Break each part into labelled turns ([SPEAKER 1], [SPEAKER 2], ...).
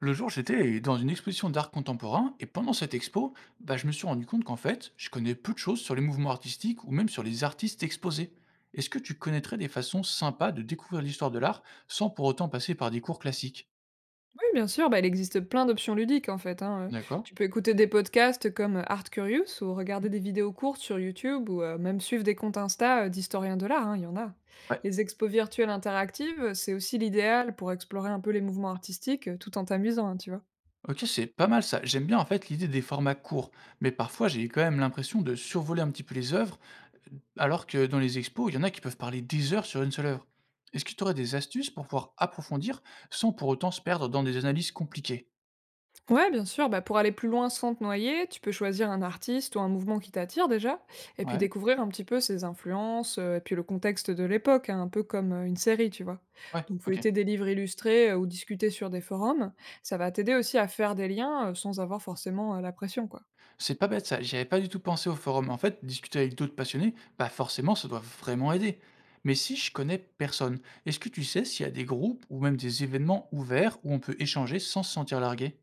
[SPEAKER 1] Le jour, j'étais dans une exposition d'art contemporain et pendant cette expo, bah, je me suis rendu compte qu'en fait, je connais peu de choses sur les mouvements artistiques ou même sur les artistes exposés. Est-ce que tu connaîtrais des façons sympas de découvrir l'histoire de l'art sans pour autant passer par des cours classiques?
[SPEAKER 2] Oui, bien sûr, bah, il existe plein d'options ludiques en fait, hein.
[SPEAKER 1] D'accord.
[SPEAKER 2] Tu peux écouter des podcasts comme, Art Curious ou regarder
[SPEAKER 1] Mm.
[SPEAKER 2] des vidéos courtes sur YouTube ou, même suivre des comptes Insta, d'historiens de l'art, hein, il y en a.
[SPEAKER 1] Ouais.
[SPEAKER 2] Les expos virtuelles interactives, c'est aussi l'idéal pour explorer un peu les mouvements artistiques, tout en t'amusant, hein, tu vois?
[SPEAKER 1] Ok, c'est pas mal ça. J'aime bien en fait l'idée des formats courts, mais parfois j'ai quand même l'impression de survoler un petit peu les œuvres, alors que dans les expos, il y en a qui peuvent parler des heures sur une seule œuvre. Est-ce que tu aurais des astuces pour pouvoir approfondir sans pour autant se perdre dans des analyses compliquées?
[SPEAKER 2] Ouais, bien sûr, bah, pour aller plus loin sans te noyer, tu peux choisir un artiste ou un mouvement qui t'attire déjà, et puis
[SPEAKER 1] Ouais.
[SPEAKER 2] découvrir un petit peu ses influences, et puis le contexte de l'époque, hein, un peu comme une série, tu vois.
[SPEAKER 1] Ouais,
[SPEAKER 2] Donc
[SPEAKER 1] OK.
[SPEAKER 2] feuilleter des livres illustrés ou discuter sur des forums, ça va t'aider aussi à faire des liens sans avoir forcément la pression, quoi.
[SPEAKER 1] C'est pas bête ça, j'y avais pas du tout pensé au forum. En fait, discuter avec d'autres passionnés, bah forcément, ça doit vraiment aider. Mais si je connais personne, est-ce que tu sais s'il y a des groupes ou même des événements ouverts où on peut échanger sans se sentir largué?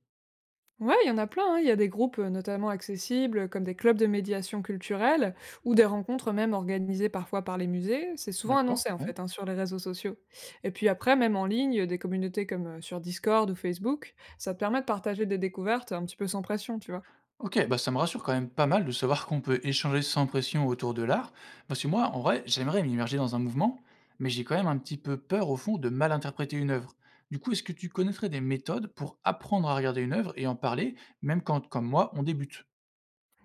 [SPEAKER 2] Ouais, il y en a plein, hein. Il y a des groupes notamment accessibles, comme des clubs de médiation culturelle, ou des rencontres même organisées parfois par les musées. C'est souvent
[SPEAKER 1] D'accord,
[SPEAKER 2] annoncé en
[SPEAKER 1] ouais.
[SPEAKER 2] fait hein, sur les réseaux sociaux. Et puis après, même en ligne, des communautés comme sur Discord ou Facebook, ça te permet de partager des découvertes un petit peu sans pression, tu vois.
[SPEAKER 1] OK, bah ça me rassure quand même pas mal de savoir qu'on peut échanger sans pression autour de l'art, parce que moi, en vrai, j'aimerais m'immerger dans un mouvement, mais j'ai quand même un petit peu peur au fond de mal interpréter une œuvre. Du coup, est-ce que tu connaîtrais des méthodes pour apprendre à regarder une œuvre et en parler, même quand, comme moi, on débute?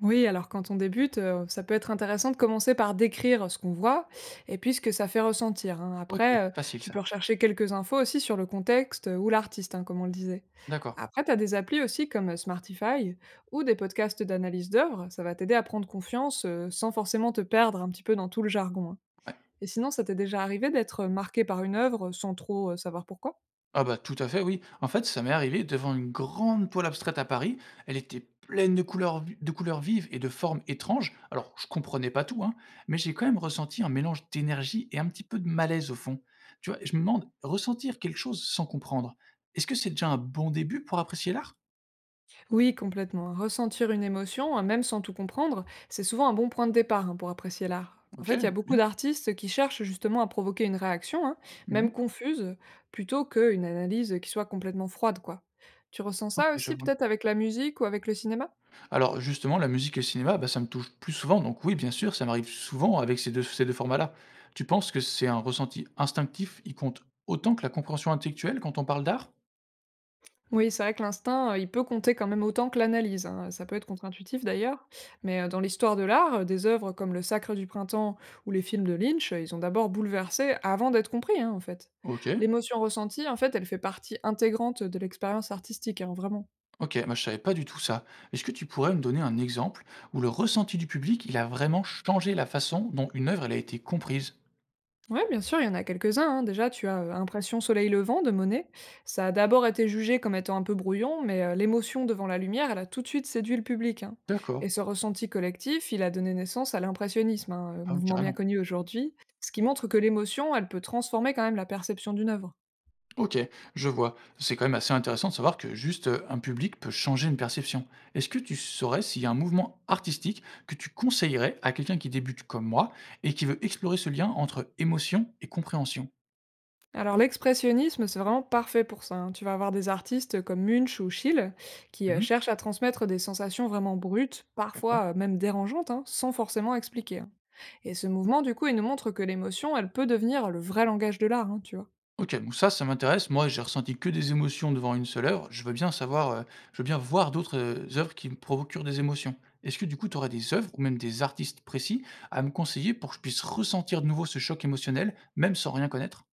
[SPEAKER 2] Oui, alors quand on débute, ça peut être intéressant de commencer par décrire ce qu'on voit et puis ce que ça fait ressentir, hein.
[SPEAKER 1] OK,
[SPEAKER 2] Après,
[SPEAKER 1] facile
[SPEAKER 2] tu peux
[SPEAKER 1] ça.
[SPEAKER 2] rechercher quelques infos aussi sur le contexte, ou l'artiste, hein, comme on le disait.
[SPEAKER 1] D'accord.
[SPEAKER 2] Après, tu as des applis aussi comme, Smartify ou des podcasts d'analyse d'œuvres, ça va t'aider à prendre confiance, sans forcément te perdre un petit peu dans tout le jargon, hein.
[SPEAKER 1] Ouais.
[SPEAKER 2] Et sinon, ça t'est déjà arrivé d'être, marqué par une œuvre sans trop, savoir pourquoi?
[SPEAKER 1] Ah bah, tout à fait, oui. En fait, ça m'est arrivé devant une grande toile abstraite à Paris. Elle était pleine de couleurs de couleurs vives et de formes étranges. Alors, je comprenais pas tout, hein, mais j'ai quand même ressenti un mélange d'énergie et un petit peu de malaise au fond. Tu vois, je me demande, ressentir quelque chose sans comprendre, est-ce que c'est déjà un bon début pour apprécier l'art?
[SPEAKER 2] Oui, complètement. Ressentir une émotion, hein, même sans tout comprendre, c'est souvent un bon point de départ hein, pour apprécier l'art. En
[SPEAKER 1] OK,
[SPEAKER 2] fait, il y a beaucoup
[SPEAKER 1] bien.
[SPEAKER 2] d'artistes qui cherchent justement à provoquer une réaction, hein, même
[SPEAKER 1] Mhm.
[SPEAKER 2] confuse, plutôt qu'une analyse qui soit complètement froide, quoi. Tu ressens
[SPEAKER 1] OK,
[SPEAKER 2] ça
[SPEAKER 1] je
[SPEAKER 2] aussi
[SPEAKER 1] vois.
[SPEAKER 2] peut-être avec la musique ou avec le cinéma.
[SPEAKER 1] Alors justement, la musique et le cinéma, bah, ça me touche plus souvent, donc oui, bien sûr, ça m'arrive souvent avec ces 2 formats-là. Tu penses que c'est un ressenti instinctif, il compte autant que la compréhension intellectuelle quand on parle d'art?
[SPEAKER 2] Oui, c'est vrai que l'instinct, il peut compter quand même autant que l'analyse, hein. Ça peut être contre-intuitif d'ailleurs, mais dans l'histoire de l'art, des œuvres comme Le Sacre du printemps ou les films de Lynch, ils ont d'abord bouleversé avant d'être compris, hein, en fait.
[SPEAKER 1] OK.
[SPEAKER 2] L'émotion ressentie, en fait, elle fait partie intégrante de l'expérience artistique, hein, vraiment.
[SPEAKER 1] OK, moi je savais pas du tout ça. Est-ce que tu pourrais me donner un exemple où le ressenti du public, il a vraiment changé la façon dont une œuvre, elle a été comprise?
[SPEAKER 2] Ouais, bien sûr, il y en a quelques-uns, hein. Déjà, tu as, Impression soleil levant de Monet. Ça a d'abord été jugé comme étant un peu brouillon, mais l'émotion devant la lumière, elle a tout de suite séduit le public, hein.
[SPEAKER 1] D'accord.
[SPEAKER 2] Et ce ressenti collectif, il a donné naissance à l'impressionnisme, hein,
[SPEAKER 1] Ah oui,
[SPEAKER 2] mouvement bien
[SPEAKER 1] carrément.
[SPEAKER 2] connu aujourd'hui, ce qui montre que l'émotion, elle peut transformer quand même la perception d'une œuvre.
[SPEAKER 1] Ok, je vois. C'est quand même assez intéressant de savoir que juste un public peut changer une perception. Est-ce que tu saurais s'il y a un mouvement artistique que tu conseillerais à quelqu'un qui débute comme moi et qui veut explorer ce lien entre émotion et compréhension?
[SPEAKER 2] Alors l'expressionnisme, c'est vraiment parfait pour ça, hein. Tu vas avoir des artistes comme Munch ou Schill qui
[SPEAKER 1] Mhm.
[SPEAKER 2] cherchent à transmettre des sensations vraiment brutes,
[SPEAKER 1] D'accord.
[SPEAKER 2] parfois même dérangeantes, hein, sans forcément expliquer, hein. Et ce mouvement, du coup, il nous montre que l'émotion, elle peut devenir le vrai langage de l'art, hein, tu vois.
[SPEAKER 1] Ok, donc ça m'intéresse. Moi, j'ai ressenti que des émotions devant une seule œuvre. Je veux bien savoir, je veux bien voir d'autres œuvres qui me procurent des émotions. Est-ce que du coup, tu aurais des œuvres ou même des artistes précis à me conseiller pour que je puisse ressentir de nouveau ce choc émotionnel, même sans rien connaître?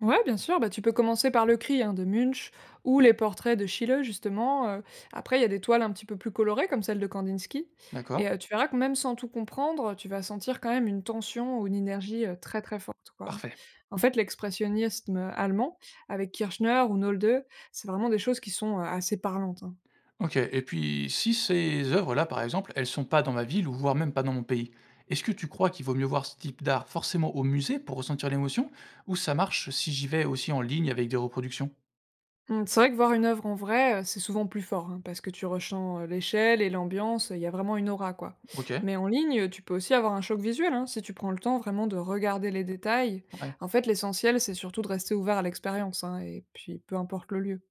[SPEAKER 2] Ouais, bien sûr, bah, tu peux commencer par le cri hein, de Munch ou les portraits de Schiele, justement. Après, il y a des toiles un petit peu plus colorées, comme celle de Kandinsky.
[SPEAKER 1] D'accord.
[SPEAKER 2] Et tu verras que même sans tout comprendre, tu vas sentir quand même une tension ou une énergie très très forte, quoi, hein.
[SPEAKER 1] Parfait.
[SPEAKER 2] En fait, l'expressionnisme allemand, avec Kirchner ou Nolde, c'est vraiment des choses qui sont assez parlantes, hein.
[SPEAKER 1] OK et puis si ces œuvres-là, par exemple, elles sont pas dans ma ville ou voire même pas dans mon pays, est-ce que tu crois qu'il vaut mieux voir ce type d'art forcément au musée pour ressentir l'émotion ou ça marche si j'y vais aussi en ligne avec des reproductions?
[SPEAKER 2] Mmh, c'est vrai que voir une œuvre en vrai, c'est souvent plus fort, hein, parce que tu ressens, l'échelle et l'ambiance, il y a vraiment une aura, quoi.
[SPEAKER 1] OK,
[SPEAKER 2] Mais en ligne, tu peux aussi avoir un choc visuel, hein, si tu prends le temps vraiment de regarder les détails.
[SPEAKER 1] ouais.
[SPEAKER 2] En fait, l'essentiel, c'est surtout de rester ouvert à l'expérience, hein, et puis peu importe le lieu.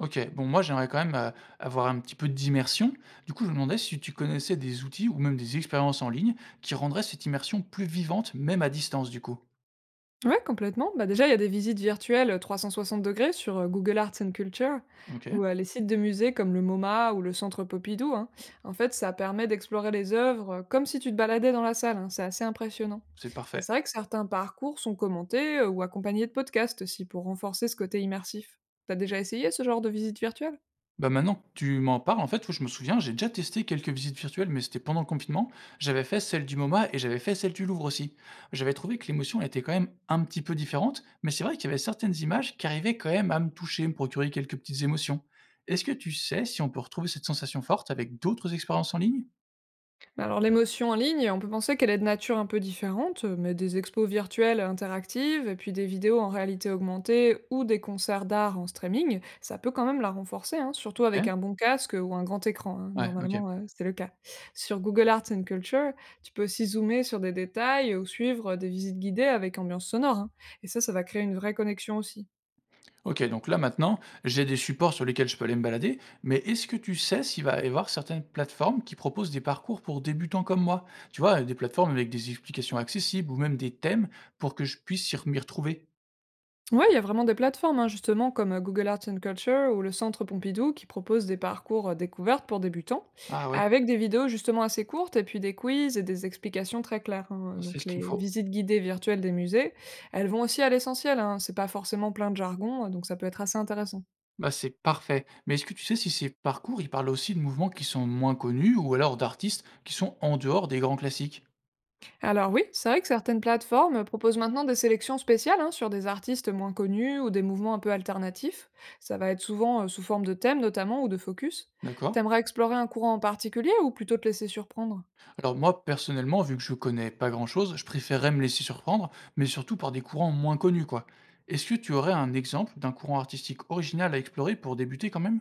[SPEAKER 1] OK, bon moi j'aimerais quand même, avoir un petit peu d'immersion. Du coup, je me demandais si tu connaissais des outils ou même des expériences en ligne qui rendraient cette immersion plus vivante, même à distance du coup?
[SPEAKER 2] Ouais, complètement. Bah, déjà, il y a des visites virtuelles degrés sur Google Arts and Culture
[SPEAKER 1] OK,
[SPEAKER 2] ou les sites de musées comme le MoMA ou le Centre Pompidou, hein. En fait, ça permet d'explorer les œuvres comme si tu te baladais dans la salle, hein. C'est assez impressionnant.
[SPEAKER 1] c'est
[SPEAKER 2] Et
[SPEAKER 1] parfait.
[SPEAKER 2] c'est vrai que certains parcours sont commentés ou accompagnés de podcasts aussi pour renforcer ce côté immersif. T'as déjà essayé ce genre de visite virtuelle?
[SPEAKER 1] Bah, maintenant que tu m'en parles, en fait, oui, je me souviens, j'ai déjà testé quelques visites virtuelles, mais c'était pendant le confinement. J'avais fait celle du MoMA et j'avais fait celle du Louvre aussi. J'avais trouvé que l'émotion était quand même un petit peu différente, mais c'est vrai qu'il y avait certaines images qui arrivaient quand même à me toucher, me procurer quelques petites émotions. Est-ce que tu sais si on peut retrouver cette sensation forte avec d'autres expériences en ligne?
[SPEAKER 2] Bah alors l'émotion en ligne, on peut penser qu'elle est de nature un peu différente, mais des expos virtuelles interactives et puis des vidéos en réalité augmentée ou des concerts d'art en streaming, ça peut quand même la renforcer, hein, surtout avec
[SPEAKER 1] OK,
[SPEAKER 2] un bon casque ou un grand écran, hein.
[SPEAKER 1] ouais, OK.
[SPEAKER 2] Normalement, c'est le cas. Sur Google Arts and Culture, tu peux aussi zoomer sur des détails ou suivre des visites guidées avec ambiance sonore, hein. Et ça va créer une vraie connexion aussi.
[SPEAKER 1] OK, donc là maintenant, j'ai des supports sur lesquels je peux aller me balader, mais est-ce que tu sais s'il va y avoir certaines plateformes qui proposent des parcours pour débutants comme moi? Tu vois, des plateformes avec des explications accessibles ou même des thèmes pour que je puisse m'y retrouver.
[SPEAKER 2] Ouais, il y a vraiment des plateformes, hein, justement, comme Google Arts and Culture ou le Centre Pompidou qui proposent des parcours découvertes pour débutants,
[SPEAKER 1] Ah ouais,
[SPEAKER 2] avec des vidéos justement assez courtes et puis des quiz et des explications très claires, hein.
[SPEAKER 1] c'est
[SPEAKER 2] Donc
[SPEAKER 1] ce qu'il me
[SPEAKER 2] les
[SPEAKER 1] faut.
[SPEAKER 2] visites guidées virtuelles des musées, elles vont aussi à l'essentiel, hein, c'est pas forcément plein de jargon, donc ça peut être assez intéressant.
[SPEAKER 1] Bah c'est parfait. Mais est-ce que tu sais si ces parcours, ils parlent aussi de mouvements qui sont moins connus ou alors d'artistes qui sont en dehors des grands classiques?
[SPEAKER 2] Alors oui, c'est vrai que certaines plateformes proposent maintenant des sélections spéciales hein, sur des artistes moins connus ou des mouvements un peu alternatifs. Ça va être souvent sous forme de thèmes notamment ou de focus.
[SPEAKER 1] D'accord?
[SPEAKER 2] T'aimerais explorer un courant en particulier ou plutôt te laisser surprendre?
[SPEAKER 1] Alors moi, personnellement, vu que je connais pas grand-chose, je préférerais me laisser surprendre, mais surtout par des courants moins connus, quoi. Est-ce que tu aurais un exemple d'un courant artistique original à explorer pour débuter quand même?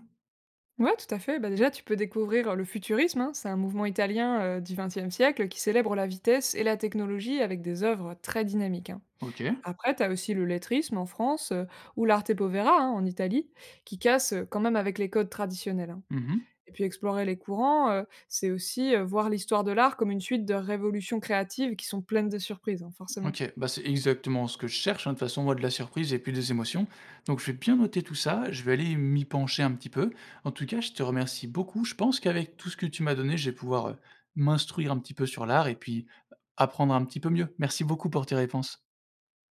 [SPEAKER 2] Ouais, tout à fait. Bah déjà, tu peux découvrir le futurisme, hein. C'est un mouvement italien du XXe siècle qui célèbre la vitesse et la technologie avec des œuvres très dynamiques, hein.
[SPEAKER 1] Ok.
[SPEAKER 2] Après, tu as aussi le lettrisme en France ou l'arte povera hein, en Italie, qui casse quand même avec les codes traditionnels, hein.
[SPEAKER 1] Mhm.
[SPEAKER 2] Et puis explorer les courants, c'est aussi, voir l'histoire de l'art comme une suite de révolutions créatives qui sont pleines de surprises, hein, forcément.
[SPEAKER 1] Ok, bah c'est exactement ce que je cherche, hein. De toute façon, moi, de la surprise et puis des émotions. Donc je vais bien noter tout ça, je vais aller m'y pencher un petit peu. En tout cas, je te remercie beaucoup. Je pense qu'avec tout ce que tu m'as donné, je vais pouvoir m'instruire un petit peu sur l'art et puis apprendre un petit peu mieux. Merci beaucoup pour tes réponses.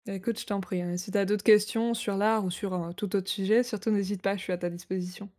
[SPEAKER 2] Bah, écoute, je t'en prie, hein, si tu as d'autres questions sur l'art ou sur un tout autre sujet, surtout n'hésite pas, je suis à ta disposition.